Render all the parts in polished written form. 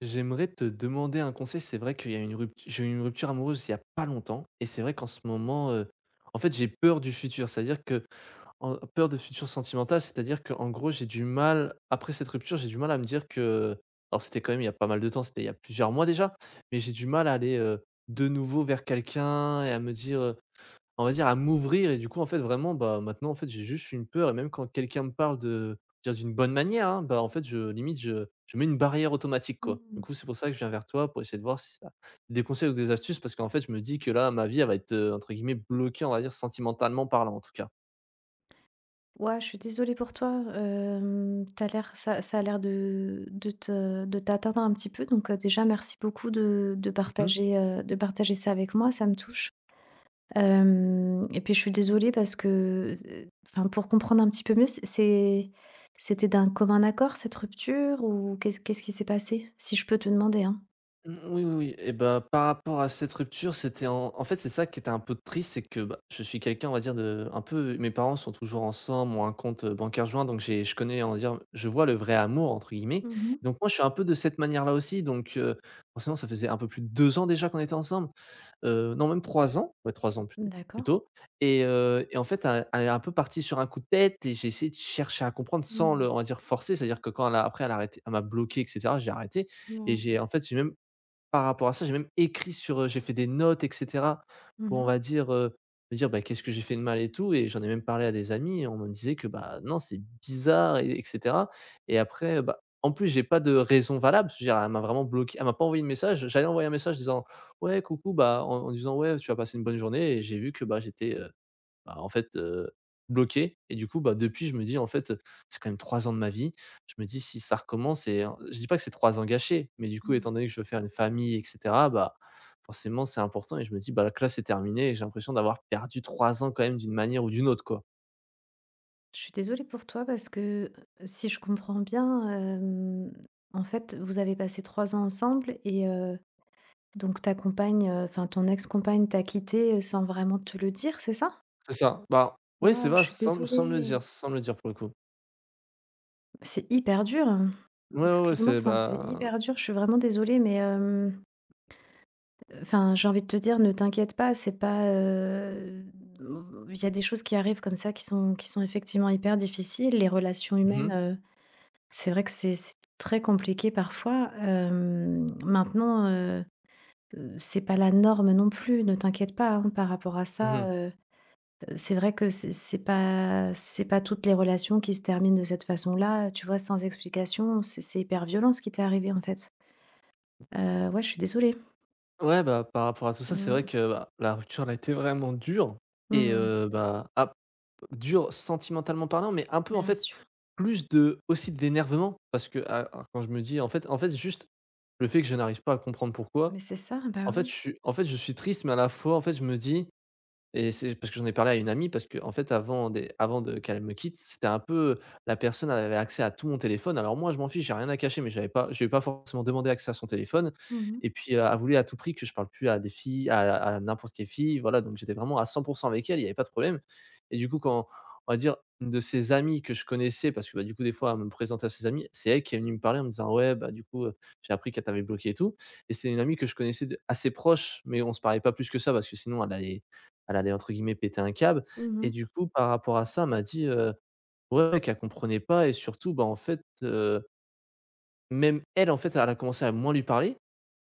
J'aimerais te demander un conseil. C'est vrai qu'il y a une rupt j'ai eu une rupture amoureuse il y a pas longtemps et c'est vrai qu'en ce moment, en fait, j'ai peur du futur. C'est-à-dire que en peur de futur sentimental, c'est-à-dire que en gros, j'ai du mal après cette rupture, j'ai du mal à me dire que alors c'était quand même il y a pas mal de temps, c'était il y a plusieurs mois déjà, mais j'ai du mal à aller, de nouveau vers quelqu'un et à me dire, on va dire, à m'ouvrir. Et du coup, en fait, vraiment, bah, maintenant, en fait, j'ai juste une peur, et même quand quelqu'un me parle de dire d'une bonne manière, hein, bah, en fait, je limite, je mets une barrière automatique, quoi. Du Mmh. coup, c'est pour ça que je viens vers toi pour essayer de voir si t'as des conseils ou des astuces, parce qu'en fait, je me dis que là, ma vie, elle va être, entre guillemets, bloquée, on va dire, sentimentalement parlant, en tout cas. Ouais, je suis désolée pour toi, tu l'air ça a l'air de te de t'atteindre un petit peu donc déjà merci beaucoup de partager, de partager ça avec moi, ça me touche. Hem Et puis je suis désolée parce que z enfin, pour comprendre un petit peu mieux, c'est c'était d'un commun accord cette rupture ou qu'est-ce qui s'est passé? Si je peux te demander, hein? Mmh. Oui, oui, oui, et bah, par rapport à cette rupture, c'était en fait, c'est ça qui était un peu triste, c'est que, bah, je suis quelqu'un, on va dire, de un peu, mes parents sont toujours ensemble, ont un compte, bancaire joint, donc j'ai je connais, on va dire, je vois «le vrai amour» entre guillemets, Mmh. donc moi, je suis un peu de cette manière-là aussi, donc forcément, ça faisait un peu plus de 2 ans déjà qu'on était ensemble, non, même 3 ans, ouais, 3 ans plutôt D'accord. plutôt Et en fait, elle est un peu partie sur un coup de tête, et j'ai essayé de chercher à comprendre sans, le Mmh. on va dire, forcer, c'est-à-dire que quand elle a, après, elle a arrêté, elle m'a bloqué, et cetera, j'ai arrêté. Et Mouais. j'ai en fait, j'ai même, par rapport à ça, j'ai même écrit, j'ai fait des notes et cetera Mmh pour, on mh. va dire, me dire: «Bah, qu'est-ce que j'ai fait de mal et tout?», et j'en ai même parlé à des amis, et on me disait que: «Bah, non, c'est bizarre», et et après, bah, en plus, j'ai pas de raison valable, parce que, je veux dire, elle m'a vraiment bloqué. Elle m'a pas envoyé de message. J'allais envoyer un message disant: «Ouais, coucou», bah, en disant: «Ouais, tu as passé une bonne journée?», et j'ai vu que, bah, j'étais, bah, en fait, bloqué. Et du coup, bah, depuis, je me dis: «En fait, c'est quand même 3 ans de ma vie». Je me dis: «Si ça recommence». Et en... je dis pas que c'est 3 ans gâchés, mais du coup, Mmh. étant donné que je veux faire une famille et cetera, bah, forcément, c'est important, et je me dis: «Bah, la classe est terminée», et j'ai l'impression d'avoir perdu 3 ans quand même d'une manière ou d'une autre, quoi. Je suis désolée pour toi parce que euh, si je comprends bien, en fait, vous avez passé trois ans ensemble et donc ta compagne, enfin ton ex-compagne t'a quitté sans vraiment te le dire, c'est ça? C'est ça. Bah, oui, c'est Waouh, je vrai, suis sans me le désolée. dire, sans me le dire, pour le coup. C'est hyper dur, hein. Ouais, ouais, ouais, Excuse-moi, c'est, enfin c'est bah... hyper dur. Je suis vraiment désolée, mais enfin j'ai envie de te dire, ne t'inquiète pas, c'est pas. Il y a des choses qui arrivent comme ça qui sont effectivement hyper difficiles. Les relations Mmh humaines, mh. C'est vrai que c'est très compliqué parfois. C'est pas la norme non plus, ne t'inquiète pas, hein, par rapport à Mmh. ça, C'est vrai que c'est pas c'est pas toutes les relations qui se terminent de cette façon-là, tu vois? Sans explication, c'est hyper violent ce qui t'est arrivé, en fait. Ouais, je suis désolée. Ouais, bah, par rapport à tout ça, c'est Mmh. vrai que, bah, la rupture, elle a été vraiment dure, et Mmh. Bah, ap dur sentimentalement parlant, mais un peu, en Bien fait, sûr. plus de, aussi, d'énervement, parce que, quand je me dis, en fait juste, le fait que je n'arrive pas à comprendre pourquoi, Mais c'est ça, bah oui. En fait je suis triste, mais à la fois en fait je me dis... Et c'est parce que j'en ai parlé à une amie, parce que en fait, avant de qu'elle me quitte, c'était un peu, la personne, elle avait accès à tout mon téléphone. Alors moi je m'en fiche, j'ai rien à cacher, mais j'avais pas, je lui pas forcément demandé accès à son téléphone, Mmh mh. et puis, elle voulait à tout prix que je parle plus à des filles, à n'importe quelle fille, voilà, donc j'étais vraiment à 100 avec elle, il y avait pas de problème. Et du coup quand, on va dire, une de ses amies que je connaissais parce que, bah, du coup, des fois elle me présentait à ses amies, c'est elle qui est venue me parler en me disant: «Ouais, bah, du coup, j'ai appris qu'elle t'avait bloqué et tout». Et c'est une amie que je connaissais de assez proche, mais on se parlait pas plus que ça parce que sinon elle allait entre guillemets «péter un câble». Mmh Et mh. du coup, par rapport à ça, elle m'a dit, ouais, qu'elle comprenait pas, et surtout, bah, en fait, même elle, en fait, elle a commencé à moins lui parler.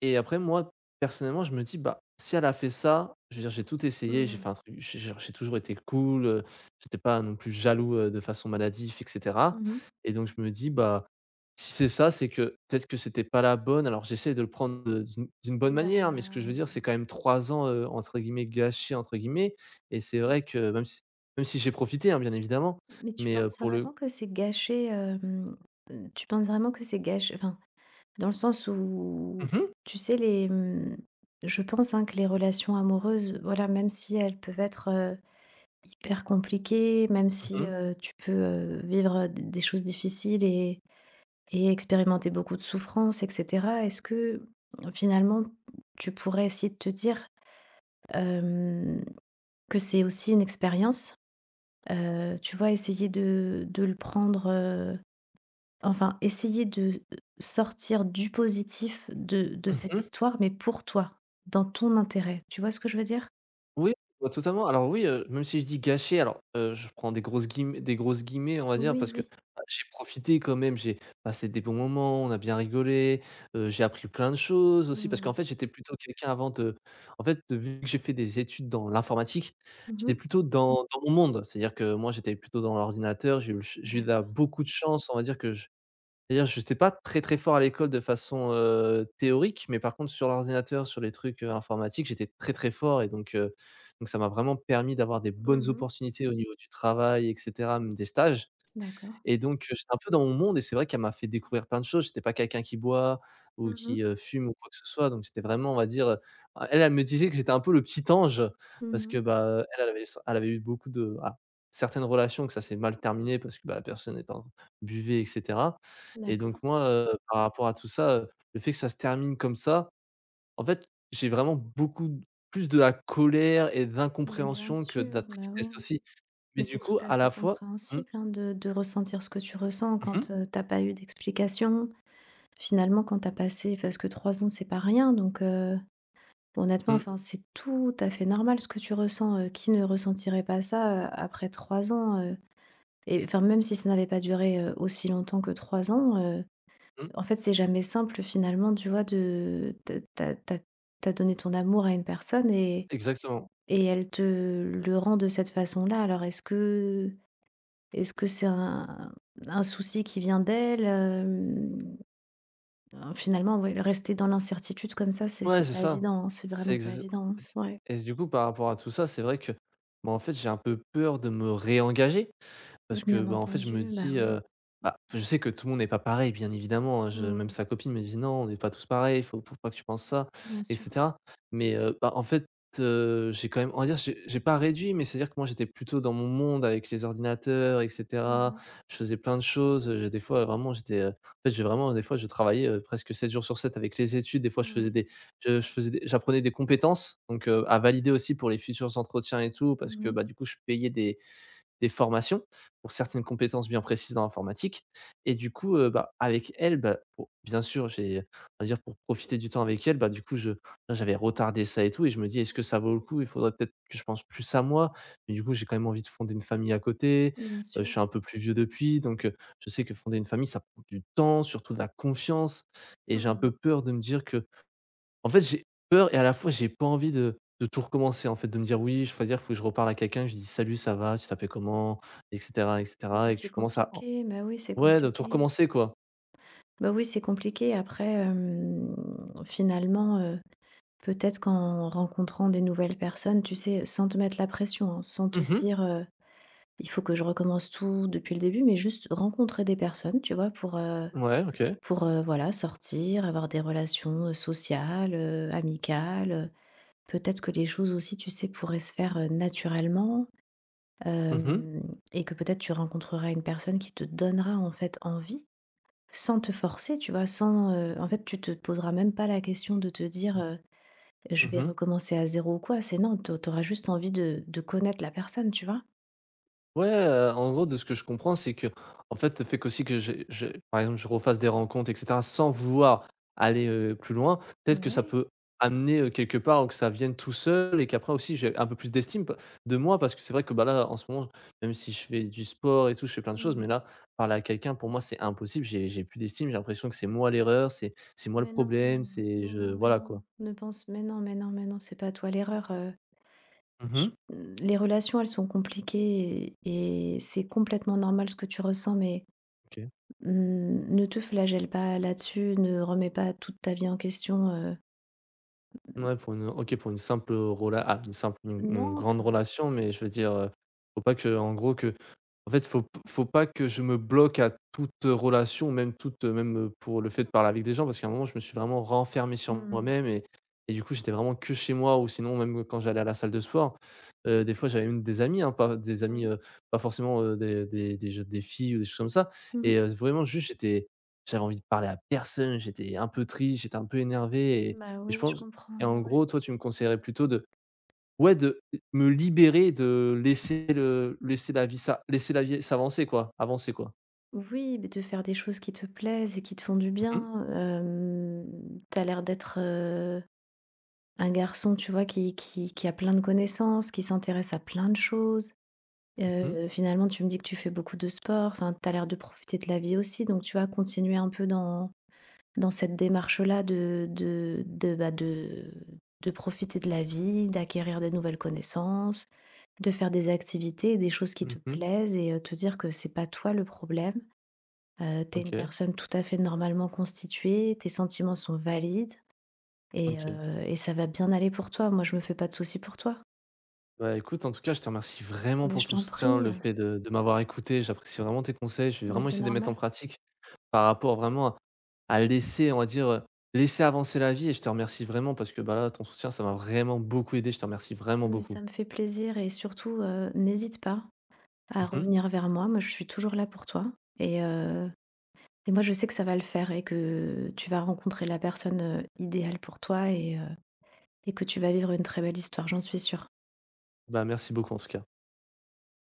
Et après moi, personnellement, je me dis: «Bah, si elle a fait ça, je veux dire, j'ai tout essayé, j'ai Mmh. fait un truc, j'ai genre, j'ai toujours été cool, j'étais pas non plus jaloux, de façon maladive et cetera». Mmh. Et donc je me dis: «Bah, si c'est ça, c'est que peut-être que c'était pas la bonne». Alors j'essaie de le prendre, d'une bonne manière, mais ce que Bah. je veux dire, c'est quand même 3 ans, entre guillemets «gâchés» entre guillemets. Et c'est vrai que, même si j'ai profité, hein, bien évidemment, Mais tu mais, penses pour le... vraiment que c'est gâché? Tu penses vraiment que c'est gâché, enfin, dans le sens où, Mmh mh. tu sais, je pense, hein, que les relations amoureuses, voilà, même si elles peuvent être, hyper compliquées, même si, Mmh. Tu peux, vivre, d des choses difficiles et expérimenter beaucoup de souffrances et cetera. Est-ce que, mmh, finalement, tu pourrais essayer de te dire, hem, que c'est aussi une expérience? Tu vois, essayer de le prendre, enfin, essayer de sortir du positif de cette Mmh. histoire, mais pour toi, dans ton intérêt. Tu vois ce que je veux dire? Oui, bah, totalement. Alors oui, même si je dis «gâché», alors, je prends des grosses guillemets, on va dire, parce Oui, que, oui. bah, j'ai profité quand même, j'ai passé des bons moments, on a bien rigolé, j'ai appris plein de choses aussi, parce qu'en Mmh. fait, j'étais plutôt quelqu'un avant de... en fait, vu que j'ai fait des études dans l'informatique, j'étais Mmh. plutôt dans mon monde. C'est-à-dire que moi, j'étais plutôt dans l'ordinateur, j'ai eu la D'accord. beaucoup de chance, on va dire, que c'est-à-dire, j'étais pas très, très fort à l'école de façon, théorique, mais par contre sur l'ordinateur, sur les trucs, informatiques, j'étais très, très fort, et donc ça m'a vraiment permis d'avoir des bonnes Mmh. opportunités au niveau du travail et cetera, même des stages. D'accord. Et donc, j'étais un peu dans mon monde, et c'est vrai qu'elle m'a fait découvrir plein de choses. J'étais pas quelqu'un qui boit ou Mmh mh. qui, fume ou quoi que ce soit, donc c'était vraiment, on va dire, elle, elle me disait que j'étais un peu le petit ange, parce que, Mmh. bah, elle, elle avait eu beaucoup de... certaines relations que ça s'est mal terminé, parce que, bah, la personne étant buvée et cetera. Et D'accord. donc moi, par rapport à tout ça, le fait que ça se termine comme ça, en fait, j'ai vraiment beaucoup d plus de la colère et Mais bien d'incompréhension que de sûr, la bah, tristesse oui. aussi. Mais Mais du c'est coup, tout à à la fait fois... Mmh. compréhensible, hein, de ressentir ce que tu ressens Mmh mh. quand, tu pas eu d'explication. Finalement, quand t'as passé, parce que 3 ans, c'est pas rien, donc honnêtement, Mmh. enfin, c'est tout à fait normal ce que tu ressens, qui ne ressentirait pas ça, après 3 ans, Et enfin, même si ça n'avait pas duré, aussi longtemps que 3 ans, en fait, c'est jamais simple finalement, tu vois, de t'as tu as tu donné ton amour à une personne et Exactement. Elle te le rend de cette façon-là. Alors est-ce que c'est un souci qui vient d'elle? Finalement, ouais, rester dans l'incertitude comme ça, Ouais, c'est c'est pas ça. évident, hein, c'est C'est vraiment pas exa évident, hein. c'est... Ouais. Et du coup, par rapport à tout ça, c'est vrai que, bah, en fait, j'ai un peu peur de me réengager, parce que, Bien bah, en fait, je me entendu, bah dis, oui. bah, je sais que tout le monde n'est pas pareil, bien évidemment, hein. Je, même Mmh. sa copine me dit: «Non, on n'est pas tous pareils, faut pas que tu penses ça» Bien et sûr. cetera. Mais, bah, en fait, j'ai quand même, on va dire, j'ai pas réduit, mais c'est-à-dire que moi, j'étais plutôt dans mon monde avec les ordinateurs et cetera. Mmh. Je faisais plein de choses, j'ai des fois, vraiment, j'étais, en fait, j'ai vraiment des fois, je travaillais, presque 7 jours sur 7 avec les études. Des fois, Oui. Je faisais des, j'apprenais des compétences, donc, à valider aussi pour les futurs entretiens et tout, parce que, Mmh. bah, du coup, je payais des formations pour certaines compétences bien précises dans l'informatique. Et du coup, bah, avec elle, bah, pour, bien sûr, j'ai on va dire, pour profiter du temps avec elle, bah, du coup, je là, j'avais retardé ça et tout, et je me dis: «Est-ce que ça vaut le coup? Il faudrait peut-être que je pense plus à moi». Mais du coup, j'ai quand même envie de fonder une famille à côté, Bien je sûr. suis un peu plus vieux depuis, donc, je sais que fonder une famille, ça prend du temps, surtout de la confiance, et j'ai un peu Mmh. peur de me dire que, en fait, j'ai peur, et à la fois, j'ai pas envie de tout recommencer, en fait, de me dire: «Oui, je faut dire, faut que je reparle à quelqu'un, que je dis: "Salut, ça va? Tu t'appelles comment?" et cetera et Bah, cetera», et que c'est tu commences à... compliqué, bah oui, c'est ouais, de tout compliqué. recommencer, quoi. Bah oui, c'est compliqué. Après, finalement, peut-être qu'en rencontrant des nouvelles personnes, tu sais, sans te mettre la pression, hein, sans te Mmh. dire, «Il faut que je recommence tout depuis le début», mais juste rencontrer des personnes, tu vois? Ouais, OK. Pour, voilà, sortir, avoir des relations, sociales, amicales. Peut-être que les choses aussi, tu sais, pourraient se faire, naturellement, Mmh mh. hem et que peut-être tu rencontreras une personne qui te donnera, en fait, envie, sans te forcer, tu vois? Sans, en fait, tu te poseras même pas la question de te dire, «Je vais Mmh. recommencer à zéro ou quoi». C'est non, tu auras juste envie de connaître la personne, tu vois? Ouais, en gros, de ce que je comprends, c'est que en fait, le fait qu'aussi que j'ai, par exemple, je refasse des rencontres et cetera sans vouloir aller, plus loin, peut-être que ça Ouais. peut amener, quelque part, ou que ça vienne tout seul, et qu'après aussi j'ai un peu plus d'estime p de moi, parce que c'est vrai que, bah, là, en ce moment, même si je fais du sport et tout, je fais plein de choses, mais Mmh. là, parler à quelqu'un pour moi, c'est impossible. J'ai plus d'estime, j'ai l'impression que c'est moi l'erreur, c'est moi le Mais non, problème, c'est... mais je, non, mais voilà, non. quoi. Ne pense Mais non, mais non, mais non, c'est pas toi l'erreur, j Mmh. les relations, elles sont compliquées et c'est complètement normal ce que tu ressens, mais OK. mmh, ne te flagelle pas là-dessus, ne remets pas toute ta vie en question, Ouais, pour une simple rela une simple, une Non, grande relation, mais je veux dire, faut pas que, en gros, que, en fait, faut pas que je me bloque à toute relation, même toute, même, pour le fait de parler avec des gens, parce qu'à un moment, je me suis vraiment renfermé sur mmh, moi-même, et du coup, j'étais vraiment que chez moi, ou sinon même quand j'allais à la salle de sport, des fois, j'avais même des amis, hein, pas des amis, oui. Pas forcément, des filles ou des choses comme ça, Mmh. et vraiment juste j'étais, j'avais envie de parler à personne, j'étais un peu triste, j'étais un peu énervé, Bah, je oui, je pense. comprends, Et en mais ouais. gros, toi, tu me conseillerais plutôt de, ouais, de me libérer, de laisser la vie s'avancer, quoi, avancer, quoi. Oui, mais de faire des choses qui te plaisent et qui te font du Mmh bien. Tu l'air d'être, un garçon, tu vois, qui qui a plein de connaissances, qui s'intéresse à plein de choses. mh. Mmh. Finalement, tu me dis que tu fais beaucoup de sport, enfin, t'as l'air de profiter de la vie aussi, donc tu vas continuer un peu dans cette démarche-là de profiter de la vie, d'acquérir des nouvelles connaissances, de faire des activités et des choses qui te Mmh. plaisent et te dire que c'est pas toi le problème. Tu une OK, personne tout à fait normalement constituée, tes sentiments sont valides OK. Et ça va bien aller pour toi. Moi, je me fais pas de soucis pour toi. Bah, écoute, en tout cas, je te remercie vraiment Mais pour je tout t'en soutien, prie, le fait de m'avoir écouté. J'apprécie vraiment tes conseils. Je vais mais vraiment c'est essayer de les mettre en normal. pratique par rapport vraiment à laisser, on va dire, laisser avancer la vie, et je te remercie vraiment, parce que, bah, là, ton soutien, ça m'a vraiment beaucoup aidé. Je te remercie vraiment Mais beaucoup. ça me fait plaisir et surtout, n'hésite pas à Mmh. revenir vers moi. Moi, je suis toujours là pour toi et et moi, je sais que ça va le faire et que tu vas rencontrer la personne, idéale pour toi et que tu vas vivre une très belle histoire, j'en suis sûre. Bah, merci beaucoup, en tout cas.